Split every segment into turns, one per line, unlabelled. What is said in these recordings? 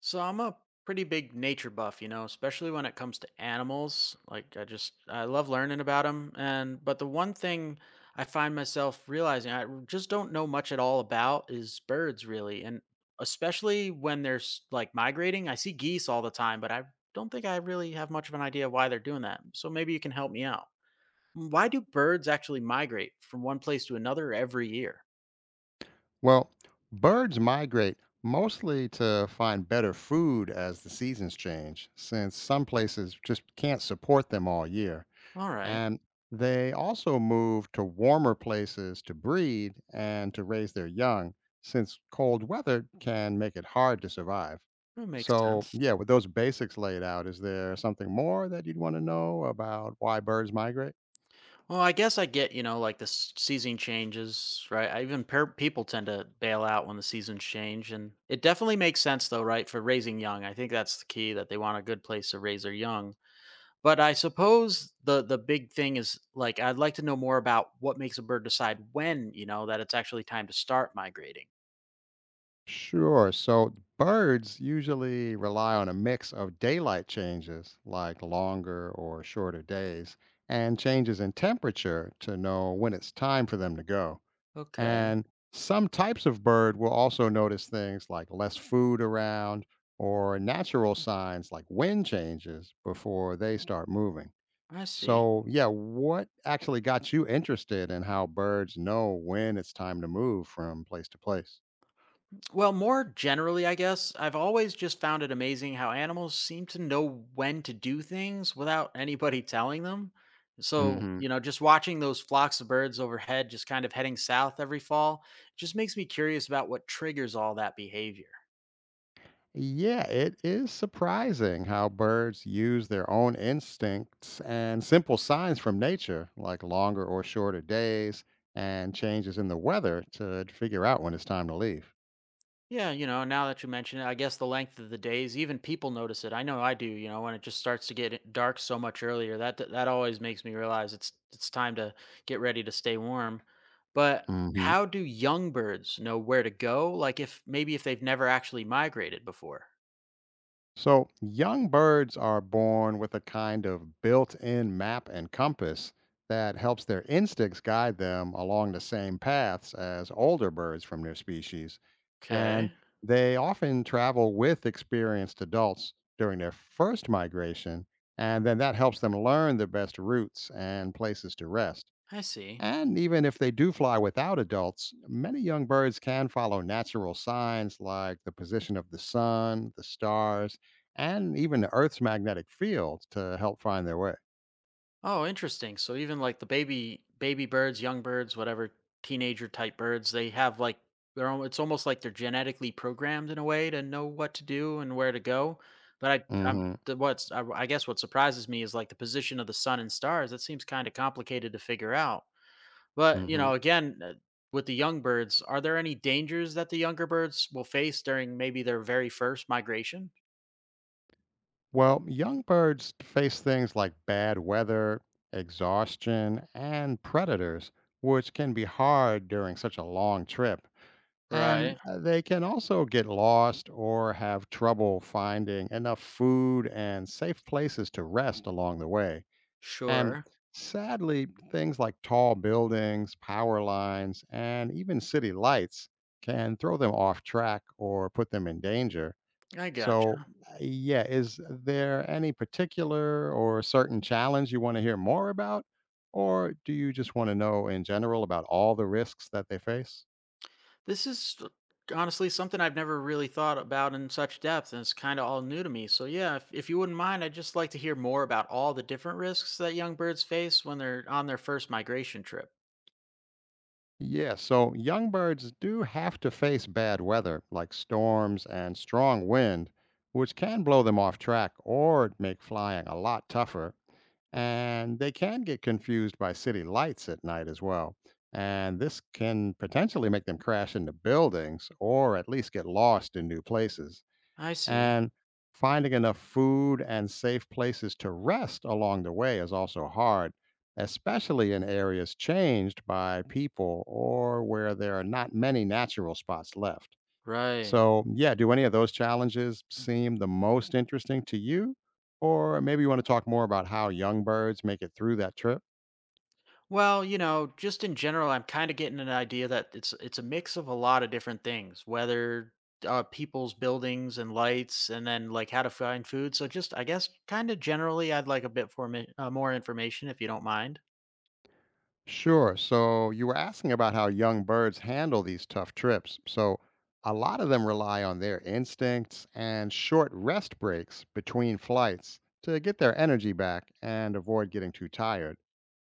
So I'm a pretty big nature buff, you know, especially when it comes to animals. I love learning about them and but the one thing I find myself realizing just don't know much at all about is birds really, and especially when they're like migrating. I see geese all the time, but I don't think I really have much of an idea why they're doing that. So maybe you can help me out. Mm, why do birds actually migrate from one place to another every year?
Well, birds migrate mostly to find better food as the seasons change, since some places just can't support them all year.
All right.
And they also move to warmer places to breed and to raise their young, since cold weather can make it hard to survive.
That makes
So,
sense.
yeah, with those basics laid out, is there something more that you'd want to know about why birds migrate?
Well, I guess I get, you know, like the season changes, right? I even people tend to bail out when the seasons change. And it definitely makes sense, though, right? For raising young. I think that's the key, that they want a good place to raise their young. But I suppose the big thing is, like, I'd like to know more about what makes a bird decide when, you know, that it's actually time to start migrating.
Sure. So birds usually rely on a mix of daylight changes, like longer or shorter days, and changes in temperature to know when it's time for them to go.
Okay.
And some types of bird will also notice things like less food around or natural signs like wind changes before they start moving.
I see.
So, yeah, what actually got you interested in how birds know when it's time to move from place to place?
Well, more generally, I guess, I've always just found it amazing how animals seem to know when to do things without anybody telling them. So,
Hmm.
you know, just watching those flocks of birds overhead just kind of heading south every fall just makes me curious about what triggers all that behavior.
Yeah, it is surprising how birds use their own instincts and simple signs from nature, like longer or shorter days and changes in the weather, to figure out when it's time to leave.
Yeah, you know, now that you mention it, I guess the length of the days, even people notice it. I know I do, you know, when it just starts to get it dark so much earlier, that always makes me realize it's time to get ready to stay warm. But
Hmm.
how do young birds know where to go? Like, if maybe if they've never actually migrated before.
So, young birds are born with a kind of built in map and compass that helps their instincts guide them along the same paths as older birds from their species. And
Okay.
they often travel with experienced adults during their first migration, and then that helps them learn the best routes and places to rest.
I see.
And even if they do fly without adults, many young birds can follow natural signs like the position of the sun, the stars, and even the Earth's magnetic field to help find their way.
Oh, interesting. So even like the baby birds, young birds, whatever, teenager type birds, they have like their own, it's almost like they're genetically programmed in a way to know what to do and where to go. But I um
Hmm.
the, what's I, I guess what surprises me is like the position of the sun and stars. That seems kind of complicated to figure out. But, you
Hmm.
know, again, with the young birds, are there any dangers that the younger birds will face during maybe their very first migration?
Well, young birds face things like bad weather, exhaustion, and predators, which can be hard during such a long trip. And
Right.
they can also get lost or have trouble finding enough food and safe places to rest along the way. And
Sure.
sadly, things like tall buildings, power lines, and even city lights can throw them off track or put them in danger.
I
So,
gotcha.
yeah, is there any particular or certain challenge you want to hear more about? Or do you just want to know in general about all the risks that they face?
This is honestly something I've never really thought about in such depth, and it's kind of all new to me. So, yeah, if you wouldn't mind, I'd just like to hear more about all the different risks that young birds face when they're on their first migration trip.
Yeah, so young birds do have to face bad weather like storms and strong wind, which can blow them off track or make flying a lot tougher and they can get confused by city lights at night as well. And this can potentially make them crash into buildings or at least get lost in new places.
I see.
And finding enough food and safe places to rest along the way is also hard, especially in areas changed by people or where there are not many natural spots left.
Right.
So, yeah, do any of those challenges seem the most interesting to you? Or maybe you want to talk more about how young birds make it through that trip?
Well, you know, just in general, I'm kind of getting an idea that it's a mix of a lot of different things: weather, people's buildings and lights, and then like how to find food. So, just I guess kind of generally, I'd like a bit for more information, if you don't mind.
Sure. So, you were asking about how young birds handle these tough trips. So, a lot of them rely on their instincts and short rest breaks between flights to get their energy back and avoid getting too tired.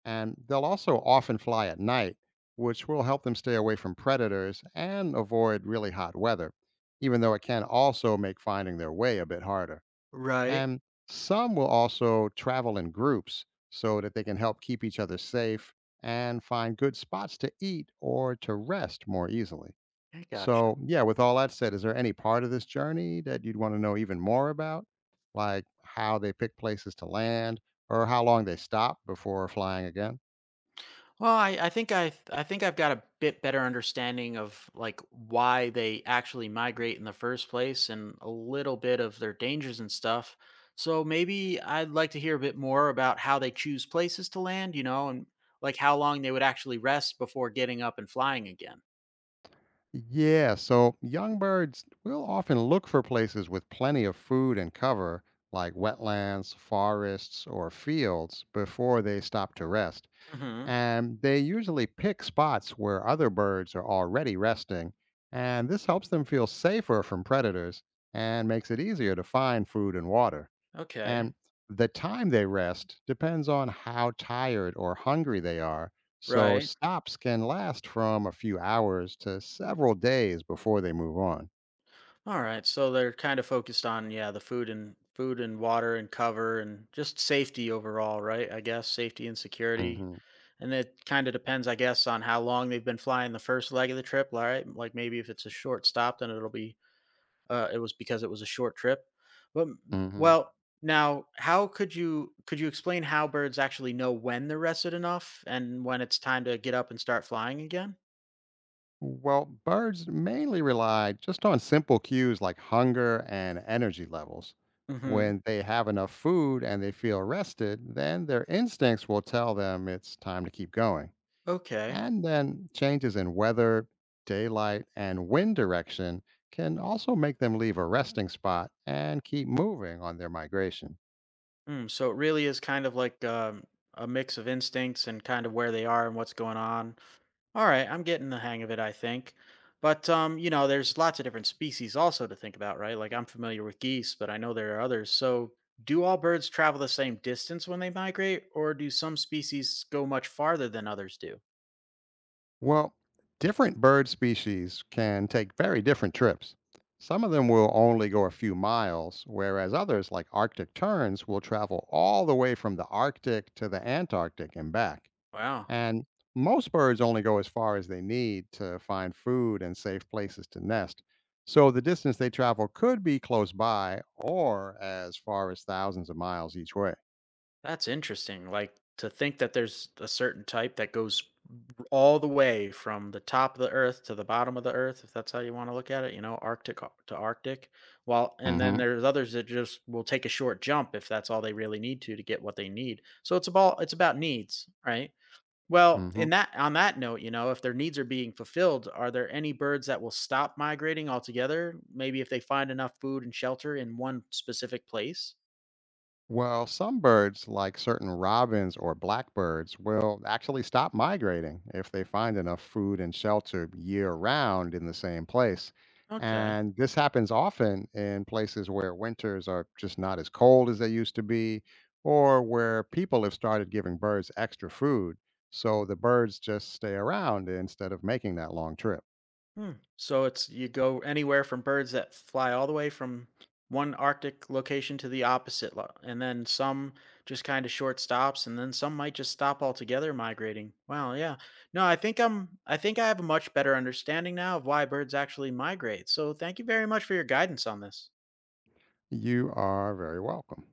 And they'll also often fly at night, which will help them stay away from predators and avoid really hot weather, even though it can also make finding their way a bit harder.
Right.
And some will also travel in groups so that they can help keep each other safe and find good spots to eat or to rest more easily.
I gotcha.
So, yeah, with all that said, is there any part of this journey that you'd want to know even more about? Like how they pick places to land or how long they stop before flying again?
Well, I think I've got a bit better understanding of like why they actually migrate in the first place and a little bit of their dangers and stuff. So maybe I'd like to hear a bit more about how they choose places to land, you know, and like how long they would actually rest before getting up and flying again.
Yeah, so young birds will often look for places with plenty of food and cover, like wetlands, forests, or fields, before they stop to rest.
Mhm.
And they usually pick spots where other birds are already resting, and this helps them feel safer from predators and makes it easier to find food and water.
Okay.
And the time they rest depends on how tired or hungry they are. So
Right.
stops can last from a few hours to several days before they move on.
All right. So they're kind of focused on, yeah, the food and water and cover and just safety overall, right? I guess safety and security.
Hmm.
And it kind of depends, I guess, on how long they've been flying the first leg of the trip. All right, like maybe if it's a short stop, then it'll be it was because it was a short trip. But m-
Hmm.
well, Now how could you explain how birds actually know when they're rested enough and when it's time to get up and start flying again?
Well, birds mainly rely just on simple cues like hunger and energy levels.
Mm-hmm.
When they have enough food and they feel rested, then their instincts will tell them it's time to keep going.
Okay.
And then changes in weather, daylight, and wind direction can also make them leave a resting spot and keep moving on their migration.
Mm, so it really is kind of like a mix of instincts and kind of where they are and what's going on. All right, I'm getting the hang of it, I think. But you know, there's lots of different species also to think about, right? Like, I'm familiar with geese, but I know there are others. So, do all birds travel the same distance when they migrate, or do some species go much farther than others do?
Well, different bird species can take very different trips. Some of them will only go a few miles, whereas others, like Arctic terns, will travel all the way from the Arctic to the Antarctic and back.
Wow,
And most birds only go as far as they need to find food and safe places to nest. So the distance they travel could be close by or as far as thousands of miles each way.
that's interesting. Like, to think that there's a certain type that goes all the way from the top of the earth to the bottom of the earth, if that's how you want to look at it, you know, to Arctic. Well, and then
Hmm.
there's others that just will take a short jump if that's all they really need to get what they need. So it's about needs, right? Well,
Hmm.
in that note, you know, if their needs are being fulfilled, are there any birds that will stop migrating altogether? Maybe if they find enough food and shelter in one specific place?
Well, some birds, like certain robins or blackbirds, will actually stop migrating if they find enough food and shelter year round in the same place.
Okay.
And this happens often in places where winters are just not as cold as they used to be, or where people have started giving birds extra food. So the birds just stay around instead of making that long trip.
Hmm. So it's, you go anywhere from birds that fly all the way from one Arctic location to the opposite, and then some just kind of short stops, and then some might just stop altogether migrating. Wow, yeah. No, I think I'm. I think I have a much better understanding now of why birds actually migrate. So thank you very much for your guidance on this.
You are very welcome.